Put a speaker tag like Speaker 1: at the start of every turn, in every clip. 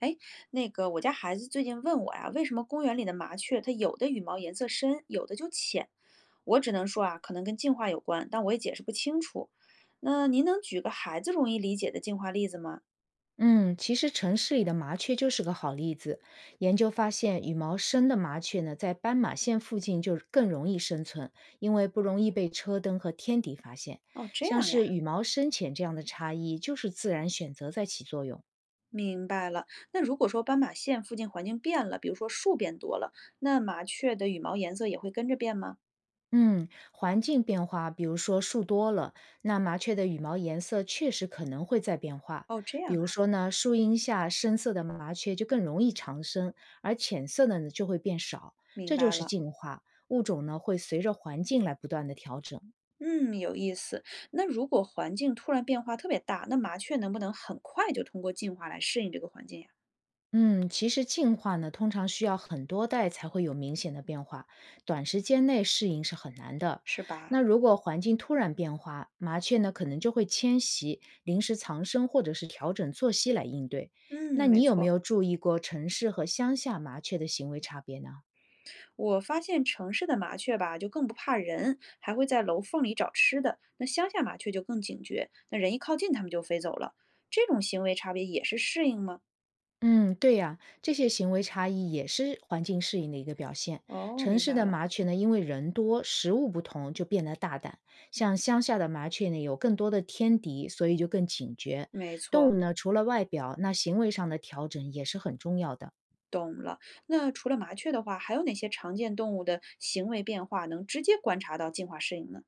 Speaker 1: 哎，那个我家孩子最近问我呀，为什么公园里的麻雀它有的羽毛颜色深，有的就浅？我只能说啊，可能跟进化有关，但我也解释不清楚。那您能举个孩子容易理解的进化例子吗？
Speaker 2: 嗯，其实城市里的麻雀就是个好例子。研究发现，羽毛深的麻雀呢，在斑马线附近就更容易生存，因为不容易被车灯和天敌发现。
Speaker 1: 哦，这
Speaker 2: 像
Speaker 1: 样
Speaker 2: 是
Speaker 1: 呀，
Speaker 2: 羽毛深浅这样的差异，就是自然选择在起作用。
Speaker 1: 明白了。那如果说斑马线附近环境变了，比如说树变多了，那麻雀的羽毛颜色也会跟着变吗？
Speaker 2: 嗯，环境变化，比如说树多了，那麻雀的羽毛颜色确实可能会在变化。
Speaker 1: 哦，这
Speaker 2: 比
Speaker 1: 样
Speaker 2: 如
Speaker 1: 啊，
Speaker 2: 说呢，树荫下深色的麻雀就更容易长生，而浅色的呢就会变少。
Speaker 1: 明
Speaker 2: 这就
Speaker 1: 白
Speaker 2: 是
Speaker 1: 了。
Speaker 2: 进化，物种呢会随着环境来不断的调整。
Speaker 1: 嗯，有意思。那如果环境突然变化特别大，那麻雀能不能很快就通过进化来适应这个环境呀？
Speaker 2: 嗯，其实进化呢，通常需要很多代才会有明显的变化，短时间内适应是很难的。
Speaker 1: 是吧？
Speaker 2: 那如果环境突然变化，麻雀呢可能就会迁徙、临时藏身或者是调整作息来应对。
Speaker 1: 嗯，
Speaker 2: 那
Speaker 1: 没
Speaker 2: 你有没
Speaker 1: 错。
Speaker 2: 有注意过城市和乡下麻雀的行为差别呢？
Speaker 1: 我发现城市的麻雀吧，就更不怕人，还会在楼缝里找吃的。那乡下麻雀就更警觉，那人一靠近，它们就飞走了。这种行为差别也是适应吗？
Speaker 2: 嗯，对呀，这些行为差异也是环境适应的一个表现。
Speaker 1: 哦，
Speaker 2: 城
Speaker 1: 明
Speaker 2: 市
Speaker 1: 白
Speaker 2: 的
Speaker 1: 了，
Speaker 2: 麻雀呢，因为人多，食物不同，就变得大胆；像乡下的麻雀呢，有更多的天敌，所以就更警觉。
Speaker 1: 没
Speaker 2: 动物
Speaker 1: 错。
Speaker 2: 呢，除了外表，那行为上的调整也是很重要的。
Speaker 1: 那除了麻雀的话，还有哪些常见动物的行为变化能直接观察到进化适应呢？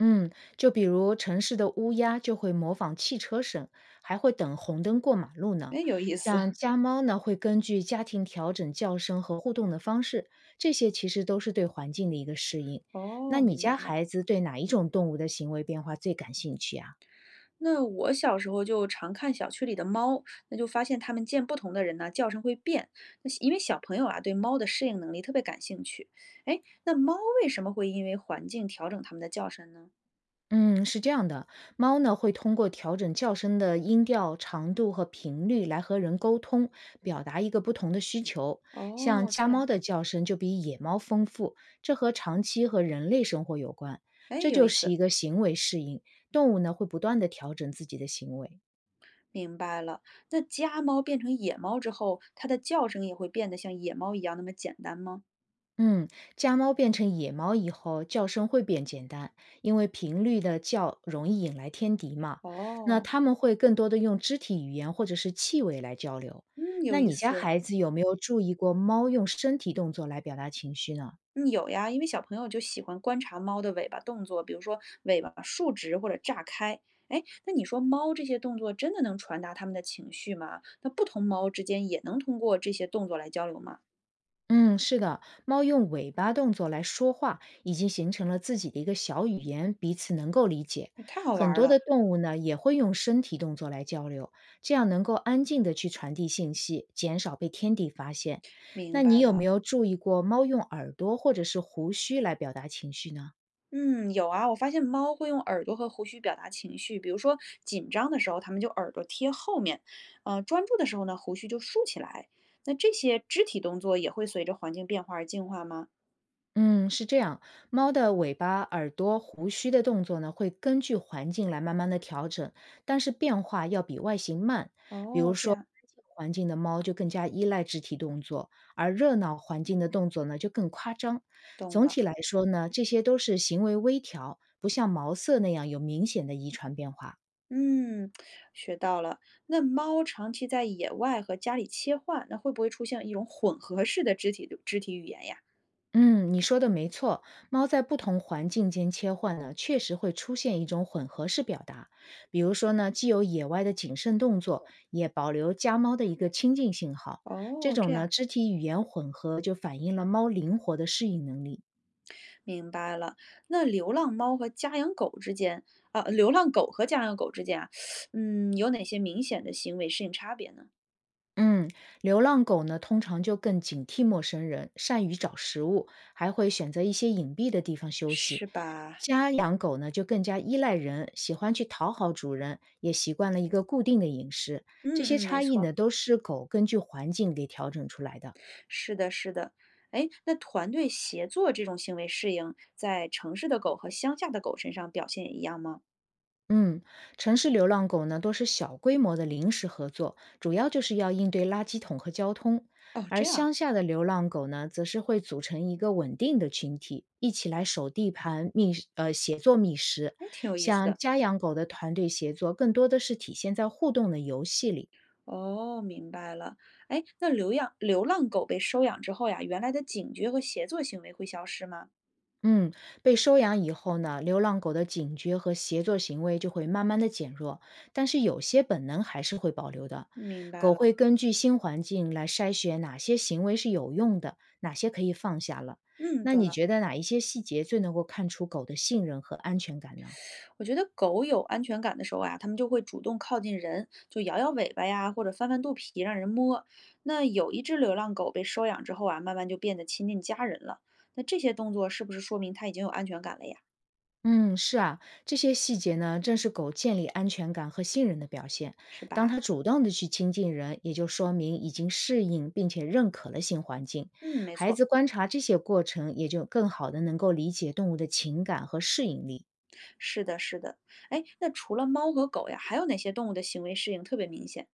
Speaker 2: 嗯，就比如城市的乌鸦就会模仿汽车声，还会等红灯过马路
Speaker 1: 哎，
Speaker 2: 呢。
Speaker 1: 有意思。
Speaker 2: 像家猫呢，会根据家庭调整叫声和互动的方式，这些其实都是对环境的一个适应。
Speaker 1: 哦，
Speaker 2: 那你
Speaker 1: 明白
Speaker 2: 家
Speaker 1: 了。
Speaker 2: 孩子对哪一种动物的行为变化最感兴趣啊？
Speaker 1: 那我小时候就常看小区里的猫，那就发现它们见不同的人呢，叫声会变。那因为小朋友啊，对猫的适应能力特别感兴趣。哎，那猫为什么会因为环境调整它们的叫声呢？
Speaker 2: 嗯，是这样的，猫呢会通过调整叫声的音调、长度和频率来和人沟通，表达一个不同的需求。像
Speaker 1: 哦，
Speaker 2: 家
Speaker 1: 这
Speaker 2: 猫
Speaker 1: 样，
Speaker 2: 的叫声就比野猫丰富，这和长期和人类生活有关。
Speaker 1: 哎，
Speaker 2: 这
Speaker 1: 有
Speaker 2: 就
Speaker 1: 意
Speaker 2: 是
Speaker 1: 思，
Speaker 2: 一个行为适应，动物呢会不断的调整自己的行为。
Speaker 1: 明白了。那家猫变成野猫之后，它的叫声也会变得像野猫一样那么简单吗？
Speaker 2: 嗯，家猫变成野猫以后，叫声会变简单，因为频率的叫容易引来天敌嘛。那
Speaker 1: 哦，
Speaker 2: 它们会更多的用肢体语言或者是气味来交流。
Speaker 1: 嗯，有
Speaker 2: 那
Speaker 1: 意
Speaker 2: 你家
Speaker 1: 思。
Speaker 2: 孩子有没有注意过猫用身体动作来表达情绪呢？
Speaker 1: 嗯，有呀，因为小朋友就喜欢观察猫的尾巴动作，比如说尾巴竖直或者炸开。哎，那你说猫这些动作真的能传达它们的情绪吗？那不同猫之间也能通过这些动作来交流吗？
Speaker 2: 嗯，是的，猫用尾巴动作来说话，已经形成了自己的一个小语言，彼此能够理解。
Speaker 1: 哎，太好玩
Speaker 2: 很
Speaker 1: 儿
Speaker 2: 多
Speaker 1: 了，
Speaker 2: 的动物呢，也会用身体动作来交流，这样能够安静的去传递信息，减少被天敌发现。
Speaker 1: 明
Speaker 2: 那你
Speaker 1: 白
Speaker 2: 有没
Speaker 1: 了。
Speaker 2: 有注意过猫用耳朵或者是胡须来表达情绪呢？
Speaker 1: 嗯，有啊，我发现猫会用耳朵和胡须表达情绪，比如说紧张的时候，它们就耳朵贴后面，专注的时候呢，胡须就竖起来。那这些肢体动作也会随着环境变化而进化吗？
Speaker 2: 嗯，是这样。猫的尾巴、耳朵、胡须的动作呢，会根据环境来慢慢的调整，但是变化要比外形慢。比如
Speaker 1: 哦，这
Speaker 2: 说，
Speaker 1: 样，
Speaker 2: 安静环境的猫就更加依赖肢体动作，而热闹环境的动作呢就更夸张。
Speaker 1: 懂
Speaker 2: 总
Speaker 1: 了。
Speaker 2: 体来说呢，这些都是行为微调，不像毛色那样有明显的遗传变化。
Speaker 1: 嗯，学到了。那猫长期在野外和家里切换，那会不会出现一种混合式的肢体语言呀？
Speaker 2: 嗯，你说的没错，猫在不同环境间切换呢，确实会出现一种混合式表达。比如说呢，既有野外的谨慎动作，也保留家猫的一个亲近信号。这
Speaker 1: 哦，这
Speaker 2: 种呢，
Speaker 1: 样
Speaker 2: 肢体语言混合就反映了猫灵活的适应能力。
Speaker 1: 明白了。那流浪猫和家养狗之间啊，流浪狗和家养狗之间啊，嗯，有哪些明显的行为适应差别呢？
Speaker 2: 嗯，流浪狗呢，通常就更警惕陌生人，善于找食物，还会选择一些隐蔽的地方休息。
Speaker 1: 是吧？
Speaker 2: 家养狗呢，就更加依赖人，喜欢去讨好主人，也习惯了一个固定的饮食。这些
Speaker 1: 嗯嗯，没
Speaker 2: 差异
Speaker 1: 错，
Speaker 2: 呢，都是狗根据环境给调整出来的。
Speaker 1: 是的，是的。哎，那团队协作这种行为适应，在城市的狗和乡下的狗身上表现也一样吗？
Speaker 2: 嗯，城市流浪狗呢都是小规模的临时合作，主要就是要应对垃圾桶和交通；
Speaker 1: 哦，这
Speaker 2: 而
Speaker 1: 样，
Speaker 2: 乡下的流浪狗呢，则是会组成一个稳定的群体，一起来守地盘、觅食协作觅食。
Speaker 1: 哎，挺有意思
Speaker 2: 像
Speaker 1: 的。
Speaker 2: 家养狗的团队协作，更多的是体现在互动的游戏里。
Speaker 1: 哦，明白了。哎，那流浪狗被收养之后呀，原来的警觉和协作行为会消失吗？
Speaker 2: 嗯，被收养以后呢，流浪狗的警觉和协作行为就会慢慢的减弱，但是有些本能还是会保留的。
Speaker 1: 明白
Speaker 2: 狗
Speaker 1: 了，
Speaker 2: 会根据新环境来筛选哪些行为是有用的，哪些可以放下了。
Speaker 1: 嗯，
Speaker 2: 那
Speaker 1: 懂
Speaker 2: 你
Speaker 1: 了。
Speaker 2: 觉得哪一些细节最能够看出狗的信任和安全感呢？
Speaker 1: 我觉得狗有安全感的时候啊，它们就会主动靠近人，就摇摇尾巴呀，或者翻翻肚皮让人摸。那有一只流浪狗被收养之后啊，慢慢就变得亲近家人了。那这些动作是不是说明它已经有安全感了呀？
Speaker 2: 嗯，是啊，这些细节呢，正是狗建立安全感和信任的表现。
Speaker 1: 是
Speaker 2: 当
Speaker 1: 吧？
Speaker 2: 它主动的去亲近人，也就说明已经适应并且认可了新环境。
Speaker 1: 嗯，没
Speaker 2: 孩
Speaker 1: 错，
Speaker 2: 子观察这些过程，也就更好的能够理解动物的情感和适应力。
Speaker 1: 是的，是的。哎，那除了猫和狗呀，还有哪些动物的行为适应特别明显？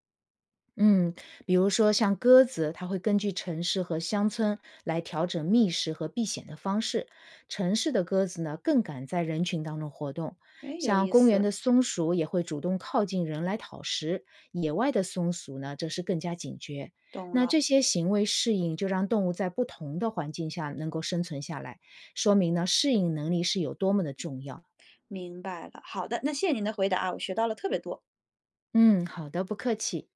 Speaker 2: 嗯，比如说像鸽子，它会根据城市和乡村来调整觅食和避险的方式。城市的鸽子呢，更敢在人群当中活动。
Speaker 1: 哎，有
Speaker 2: 像
Speaker 1: 意
Speaker 2: 公园
Speaker 1: 思。
Speaker 2: 的松鼠也会主动靠近人来讨食，野外的松鼠呢，则是更加警觉。
Speaker 1: 懂
Speaker 2: 那
Speaker 1: 了，
Speaker 2: 这些行为适应，就让动物在不同的环境下能够生存下来，说明呢，适应能力是有多么的重要。
Speaker 1: 明白了。好的，那谢谢您的回答啊，我学到了特别多。
Speaker 2: 嗯，好的，不客气。